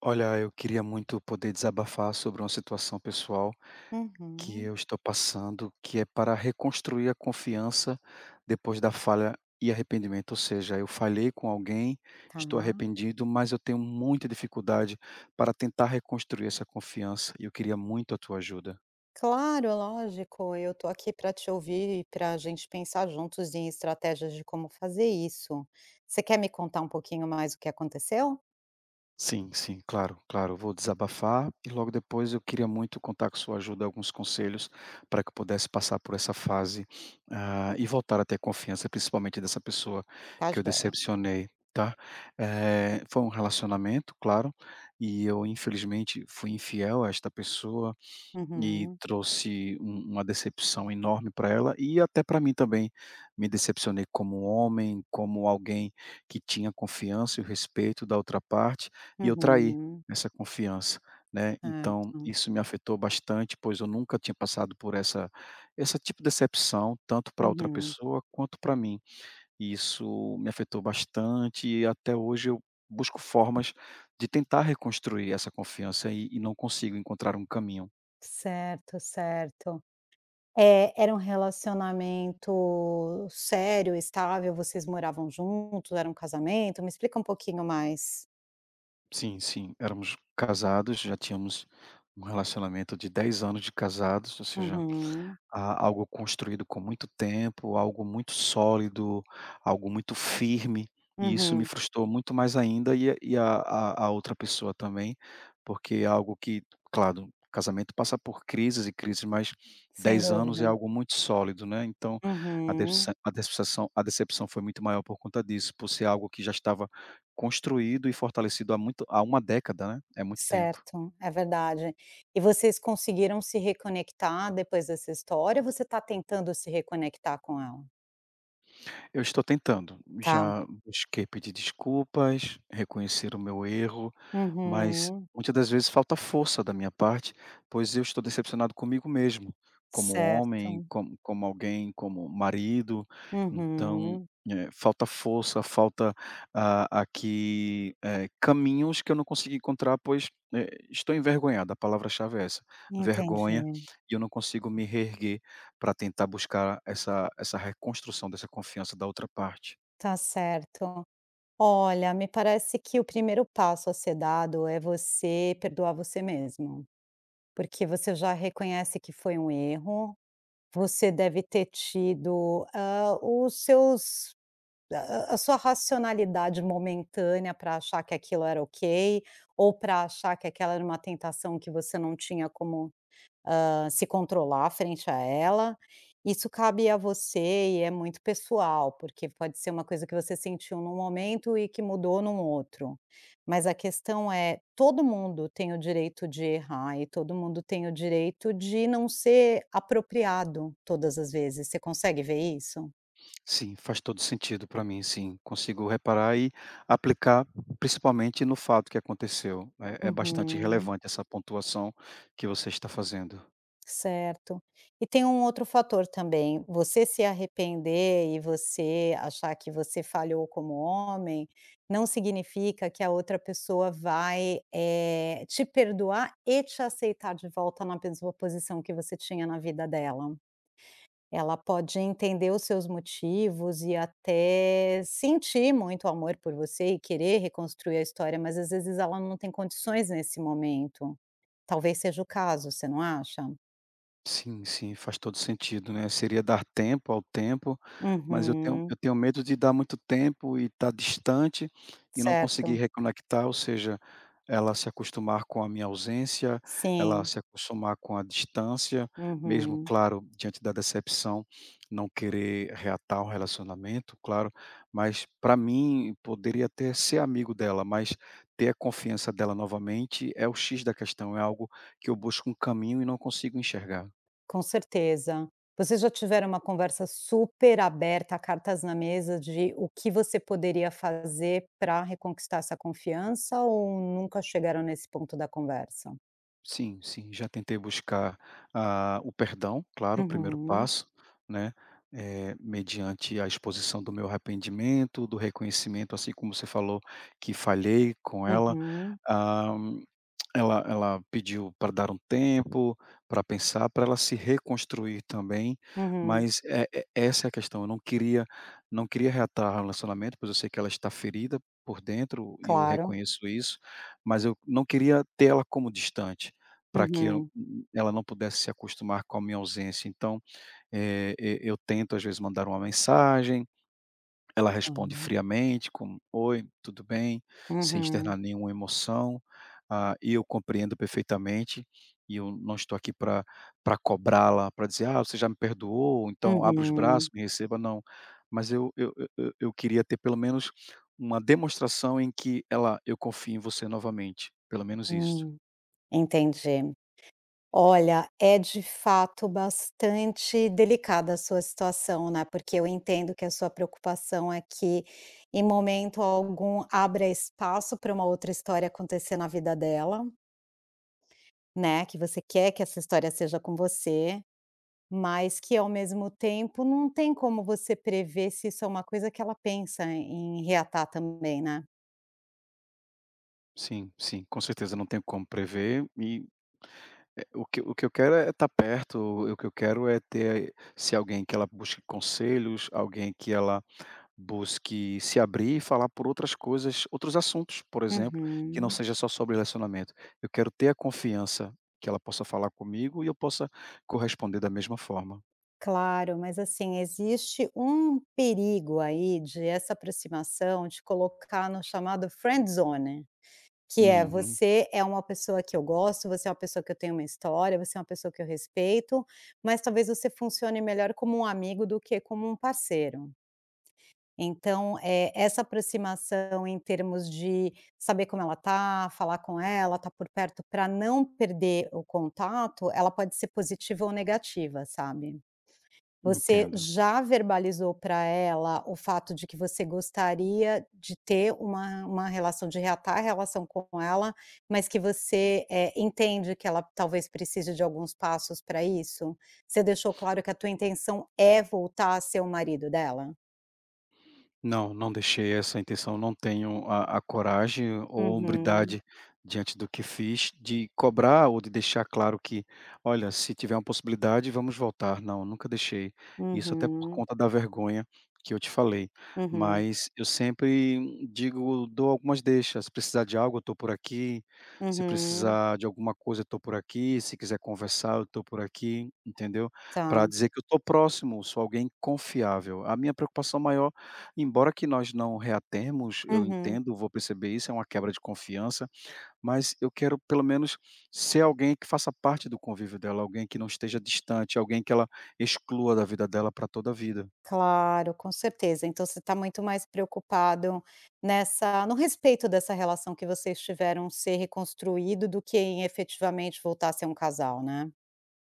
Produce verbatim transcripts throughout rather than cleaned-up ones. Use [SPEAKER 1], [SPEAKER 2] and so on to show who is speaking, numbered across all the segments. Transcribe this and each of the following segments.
[SPEAKER 1] Olha, eu queria muito poder desabafar sobre uma situação pessoal que
[SPEAKER 2] Uhum,
[SPEAKER 1] eu estou passando, que é para reconstruir a confiança depois da falha e arrependimento. Ou seja, eu falhei com alguém,
[SPEAKER 2] tá.
[SPEAKER 1] estou arrependido, mas eu tenho muita dificuldade para tentar reconstruir essa confiança e eu queria muito a tua ajuda.
[SPEAKER 2] Claro, é lógico, eu tô aqui para te ouvir e para a gente pensar juntos em estratégias de como fazer isso. Você quer me contar um pouquinho mais o que aconteceu?
[SPEAKER 1] Sim, sim, claro, claro. Eu vou desabafar e logo depois eu queria muito contar com sua ajuda, alguns conselhos para que eu pudesse passar por essa fase, ah, e voltar a ter confiança, principalmente dessa pessoa
[SPEAKER 2] Tá
[SPEAKER 1] que eu
[SPEAKER 2] joia.
[SPEAKER 1] decepcionei, tá? Eh, foi um relacionamento, claro, e eu infelizmente fui infiel a esta pessoa. E
[SPEAKER 2] Uhum,
[SPEAKER 1] trouxe um uma decepção enorme para ela e até para mim também. Me decepcionei como um homem, como alguém que tinha confiança e o respeito da outra parte, e eu traí
[SPEAKER 2] uhum,
[SPEAKER 1] essa confiança, né. Então
[SPEAKER 2] certo.
[SPEAKER 1] isso me afetou bastante, pois eu nunca tinha passado por essa essa tipo de decepção, tanto pra outra
[SPEAKER 2] Uhum.
[SPEAKER 1] pessoa quanto para mim. E isso me afetou bastante e até hoje eu busco formas de tentar reconstruir essa confiança e e não consigo encontrar um caminho.
[SPEAKER 2] Certo, certo. é era um relacionamento sério, estável, vocês moravam juntos, era um casamento? Me explica um pouquinho mais.
[SPEAKER 1] Sim, sim, éramos casados, já tínhamos um relacionamento de dez anos de casados, ou seja,
[SPEAKER 2] Uhum,
[SPEAKER 1] a algo construído com muito tempo, algo muito sólido, algo muito firme, e isso me
[SPEAKER 2] uhum,
[SPEAKER 1] frustrou muito mais ainda e a e a a a outra pessoa também, porque é algo que, claro, casamento passa por crises e crises, mas
[SPEAKER 2] sem
[SPEAKER 1] dez anos é
[SPEAKER 2] dúvida.
[SPEAKER 1] algo muito sólido, né. Então a
[SPEAKER 2] Uhum.
[SPEAKER 1] decepça a decepção a decepção foi muito maior por conta disso, por ser algo que já estava construído e fortalecido há muito há uma década, né, é muito tempo.
[SPEAKER 2] Certo, é verdade. E vocês conseguiram se reconectar depois dessa história, ou você está tentando se reconectar com ela?
[SPEAKER 1] Eu estou tentando.
[SPEAKER 2] Tá.
[SPEAKER 1] Já busquei pedir desculpas, reconhecer o meu erro, mas
[SPEAKER 2] Uhum.
[SPEAKER 1] muitas das vezes falta força da minha parte, pois eu estou decepcionado comigo mesmo, como homem,
[SPEAKER 2] Certo.
[SPEAKER 1] como como alguém, como marido. Então,
[SPEAKER 2] Uhum.
[SPEAKER 1] eh, falta força, falta, ah, aqui, eh, caminhos que eu não consegui encontrar, pois, eh, estou envergonhado, a palavra-chave é essa,
[SPEAKER 2] Entendi.
[SPEAKER 1] vergonha, e eu não consigo me reerguer para tentar buscar essa essa reconstrução dessa confiança da outra parte.
[SPEAKER 2] Tá certo. Olha, me parece que o primeiro passo a ser dado é você perdoar você mesmo, porque você já reconhece que foi um erro, você deve ter tido, hã, os seus a a sua racionalidade momentânea para achar que aquilo era ok, ou para achar que aquela era uma tentação que você não tinha como, hã, se controlar frente a ela, isso cabe a você e é muito pessoal, porque pode ser uma coisa que você sentiu num momento e que mudou num outro. Mas a questão é, todo mundo tem o direito de errar e todo mundo tem o direito de não ser apropriado todas as vezes. Você consegue ver isso?
[SPEAKER 1] Sim, faz todo sentido para mim, sim. Consigo reparar e aplicar principalmente no fato que aconteceu. É é bastante
[SPEAKER 2] Uhum.
[SPEAKER 1] relevante essa pontuação que você está fazendo.
[SPEAKER 2] Certo. E tem um outro fator também, você se arrepender e você achar que você falhou como homem, não significa que a outra pessoa vai, eh, te perdoar e te aceitar de volta na mesma posição que você tinha na vida dela. Ela pode entender os seus motivos e até sentir muito amor por você e querer reconstruir a história, mas às vezes ela não tem condições nesse momento. Talvez seja o caso, você não acha?
[SPEAKER 1] Sim, sim, faz todo sentido, né, seria dar tempo ao tempo, mas eu tenho eu
[SPEAKER 2] Uhum.
[SPEAKER 1] tenho medo de dar muito tempo e estar distante e não conseguir
[SPEAKER 2] Certo.
[SPEAKER 1] reconectar, ou seja, ela se acostumar com a minha ausência, ela
[SPEAKER 2] Sim.
[SPEAKER 1] se acostumar com a distância, mesmo,
[SPEAKER 2] Uhum.
[SPEAKER 1] claro, diante da decepção, não querer reatar o relacionamento, claro, mas para mim poderia até ser amigo dela, mas ter a confiança dela novamente é o X da questão, é algo que eu busco um caminho e não consigo enxergar.
[SPEAKER 2] Com certeza. Vocês já tiveram uma conversa super aberta, cartas na mesa, de o que você poderia fazer para reconquistar essa confiança ou nunca chegaram nesse ponto da conversa?
[SPEAKER 1] Sim, sim, já tentei buscar, ah, o perdão, claro, o primeiro
[SPEAKER 2] Uhum.
[SPEAKER 1] passo, né, eh, mediante a exposição do meu arrependimento, do reconhecimento, assim como você falou que falhei com ela.
[SPEAKER 2] Uhum.
[SPEAKER 1] ah, ela Ela pediu para dar um tempo, para pensar, para ela se reconstruir também,
[SPEAKER 2] Uhum.
[SPEAKER 1] mas é é essa é a questão, eu não queria não queria reatar o relacionamento, pois eu sei que ela está ferida por dentro e eu
[SPEAKER 2] Claro.
[SPEAKER 1] reconheço isso, mas eu não queria ter ela como distante, para que eu
[SPEAKER 2] Uhum.
[SPEAKER 1] ela não pudesse se acostumar com a minha ausência. Então, eh, e eu tento às vezes mandar uma mensagem, ela
[SPEAKER 2] Tá.
[SPEAKER 1] responde friamente com: "Oi, tudo bem?", sem externar
[SPEAKER 2] Uhum.
[SPEAKER 1] nenhuma emoção, ah, e eu compreendo perfeitamente, e eu não estou aqui para para cobrá-la, para dizer: "Ah, você já me perdoou, então abra os braços,
[SPEAKER 2] Uhum.
[SPEAKER 1] me receba", não. Mas eu eu eu eu eu queria ter pelo menos uma demonstração em que ela: "Eu confio em você novamente", pelo menos isso.
[SPEAKER 2] Hum. Entendi. Olha, é de fato bastante delicada a sua situação, né, porque eu entendo que a sua preocupação é que em momento algum abra espaço para uma outra história acontecer na vida dela, né, que você quer que essa história seja com você, mas que ao mesmo tempo não tem como você prever se isso é uma coisa que ela pensa em reatar também, né.
[SPEAKER 1] Sim, sim, com certeza, não tem como prever e é, o que o que eu quero é estar perto, o o que eu quero é ter se alguém que ela busque conselhos, alguém que ela busque se abrir e falar por outras coisas, outros assuntos, por exemplo, que não
[SPEAKER 2] Uhum.
[SPEAKER 1] seja só sobre relacionamento. Eu quero ter a confiança que ela possa falar comigo e eu possa corresponder da mesma forma.
[SPEAKER 2] Claro, mas assim, existe um perigo aí de essa aproximação te colocar no chamado friend zone, que é:
[SPEAKER 1] Uhum,
[SPEAKER 2] você é uma pessoa que eu gosto, você é uma pessoa que eu tenho uma história, você é uma pessoa que eu respeito, mas talvez você funcione melhor como um amigo do que como um parceiro. Então, eh, essa aproximação em termos de saber como ela tá, falar com ela, estar por perto para não perder o contato, ela pode ser positiva ou negativa, sabe? Você
[SPEAKER 1] entendo.
[SPEAKER 2] já verbalizou para ela o fato de que você gostaria de ter uma uma relação, de reatar a relação com ela, mas que você, eh, entende que ela talvez precise de alguns passos para isso? Você deixou claro que a tua intenção é voltar a ser o marido dela?
[SPEAKER 1] Não, não deixei essa intenção, não tenho a a coragem ou
[SPEAKER 2] Uhum,
[SPEAKER 1] hombridade diante do que fiz, de cobrar ou de deixar claro que: "Olha, se tiver uma possibilidade, vamos voltar". Não, nunca deixei. Isso até por
[SPEAKER 2] uhum,
[SPEAKER 1] conta da vergonha que eu te falei.
[SPEAKER 2] uhum,
[SPEAKER 1] Mas eu sempre digo dou algumas deixas. "Se precisar de algo, eu estou por aqui. Se
[SPEAKER 2] uhum,
[SPEAKER 1] precisar de alguma coisa, eu estou por aqui. Se quiser conversar, eu estou por aqui", entendeu?
[SPEAKER 2] tá,
[SPEAKER 1] Para dizer que eu estou próximo, sou alguém confiável. A minha preocupação maior, embora que nós não reatemos, eu
[SPEAKER 2] uhum.
[SPEAKER 1] entendo, vou perceber isso, é uma quebra de confiança, mas eu quero pelo menos ser alguém que faça parte do convívio dela, alguém que não esteja distante, alguém que ela exclua da vida dela para toda a vida.
[SPEAKER 2] Claro, com certeza. Então você está muito mais preocupado nessa no respeito dessa relação que vocês tiveram ser reconstruído, do que em efetivamente voltar a ser um casal, né?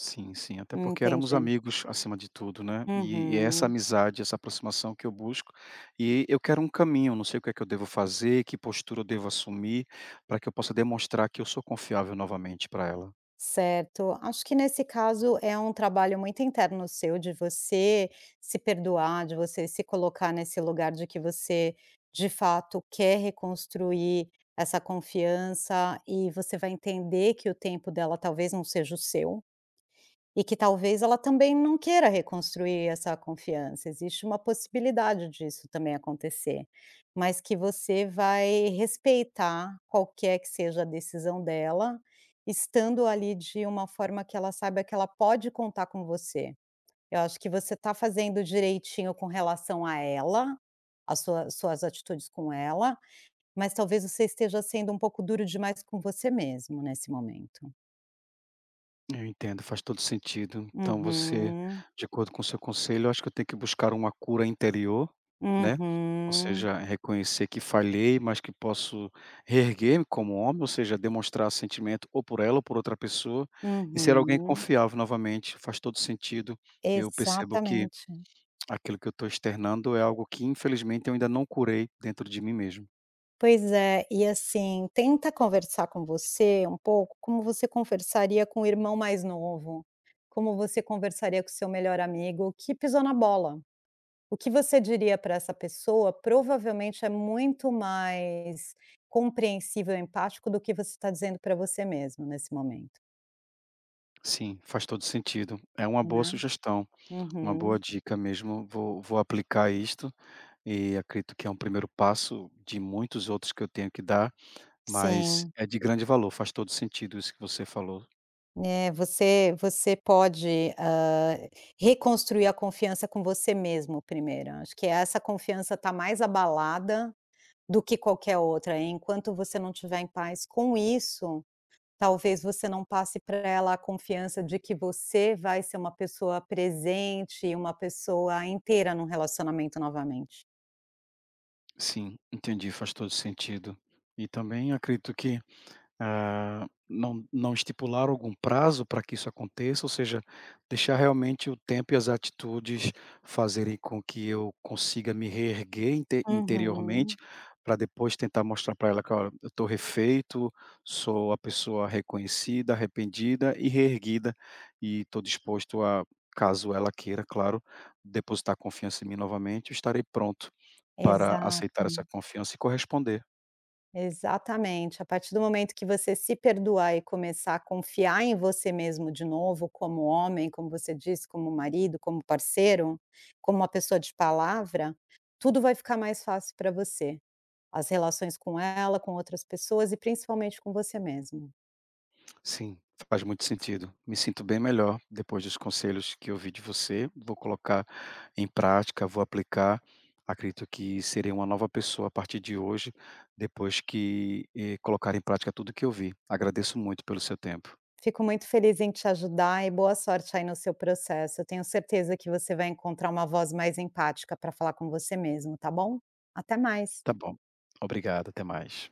[SPEAKER 1] Sim, sim, até porque éramos
[SPEAKER 2] Entendi.
[SPEAKER 1] amigos acima de tudo, né? E, e é essa
[SPEAKER 2] Uhum.
[SPEAKER 1] amizade, essa aproximação que eu busco, e eu quero um caminho, não sei o que é que eu devo fazer, que postura eu devo assumir para que eu possa demonstrar que eu sou confiável novamente para ela.
[SPEAKER 2] Certo. Acho que nesse caso é um trabalho muito interno seu, de você se perdoar, de você se colocar nesse lugar de que você, de fato, quer reconstruir essa confiança, e você vai entender que o tempo dela talvez não seja o seu. E que talvez ela também não queira reconstruir essa confiança, existe uma possibilidade disso também acontecer, mas que você vai respeitar qualquer que seja a decisão dela, estando ali de uma forma que ela saiba que ela pode contar com você. Eu acho que você está fazendo direitinho com relação a ela, as sua suas atitudes com ela, mas talvez você esteja sendo um pouco duro demais com você mesmo nesse momento.
[SPEAKER 1] Eu entendo, faz todo sentido. Então você,
[SPEAKER 2] Uhum,
[SPEAKER 1] de acordo com o seu conselho, eu acho que eu tenho que buscar uma cura interior, né, ou
[SPEAKER 2] uhum.
[SPEAKER 1] seja, reconhecer que falhei, mas que posso reerguer-me como homem, ou seja, demonstrar sentimento ou por ela ou por outra pessoa, e ser alguém
[SPEAKER 2] Uhum,
[SPEAKER 1] confiável novamente, faz todo sentido. Eu percebo que
[SPEAKER 2] exatamente.
[SPEAKER 1] aquilo que eu estou externando é algo que, infelizmente, eu ainda não curei dentro de mim mesmo.
[SPEAKER 2] Pois é, e assim, tenta conversar com você um pouco como você conversaria com o irmão mais novo, como você conversaria com o seu melhor amigo que pisou na bola. O que você diria para essa pessoa provavelmente é muito mais compreensível e empático do que você está dizendo para você mesmo nesse momento,
[SPEAKER 1] Sim, faz todo sentido. É uma boa
[SPEAKER 2] né.
[SPEAKER 1] sugestão, uma
[SPEAKER 2] Uhum,
[SPEAKER 1] boa dica mesmo. Vou, vou aplicar isto. E acredito que é um primeiro passo de muitos outros que eu tenho que dar, mas
[SPEAKER 2] sim.
[SPEAKER 1] é de grande valor, faz todo sentido isso que você falou.
[SPEAKER 2] É, você você pode, hã, reconstruir a confiança com você mesmo primeiro, acho que essa confiança está mais abalada do que qualquer outra, enquanto você não estiver em paz com isso, talvez você não passe para ela a confiança de que você vai ser uma pessoa presente e uma pessoa inteira num relacionamento novamente.
[SPEAKER 1] Sim, entendi, faz todo sentido. E também acredito que, Ah, não não estipular algum prazo para que isso aconteça, ou seja, deixar realmente o tempo e as atitudes fazerem com que eu consiga me reerguer inte interiormente,
[SPEAKER 2] Uhum,
[SPEAKER 1] para depois tentar mostrar para ela que: "Olha, eu estou refeito, sou a pessoa reconhecida, arrependida e reerguida, e estou disposto a, caso ela queira, claro, depositar confiança em mim novamente, eu estarei pronto para aceitar
[SPEAKER 2] exato.
[SPEAKER 1] essa confiança e corresponder".
[SPEAKER 2] Exatamente. A partir do momento que você se perdoar e começar a confiar em você mesmo de novo, como homem, como você disse, como marido, como parceiro, como uma pessoa de palavra, tudo vai ficar mais fácil para você. As relações com ela, com outras pessoas e principalmente com você mesmo.
[SPEAKER 1] Sim, faz muito sentido. Me sinto bem melhor depois dos conselhos que eu ouvi de você. Vou colocar em prática, vou aplicar. Acredito que serei uma nova pessoa a partir de hoje, depois que eh, colocar em prática tudo que eu vi. Agradeço muito pelo seu tempo.
[SPEAKER 2] Fico muito feliz em te ajudar e boa sorte aí no seu processo. Eu tenho certeza que você vai encontrar uma voz mais empática para falar com você mesmo, tá bom? Até
[SPEAKER 1] Tá
[SPEAKER 2] mais.
[SPEAKER 1] bom. Obrigado, até mais.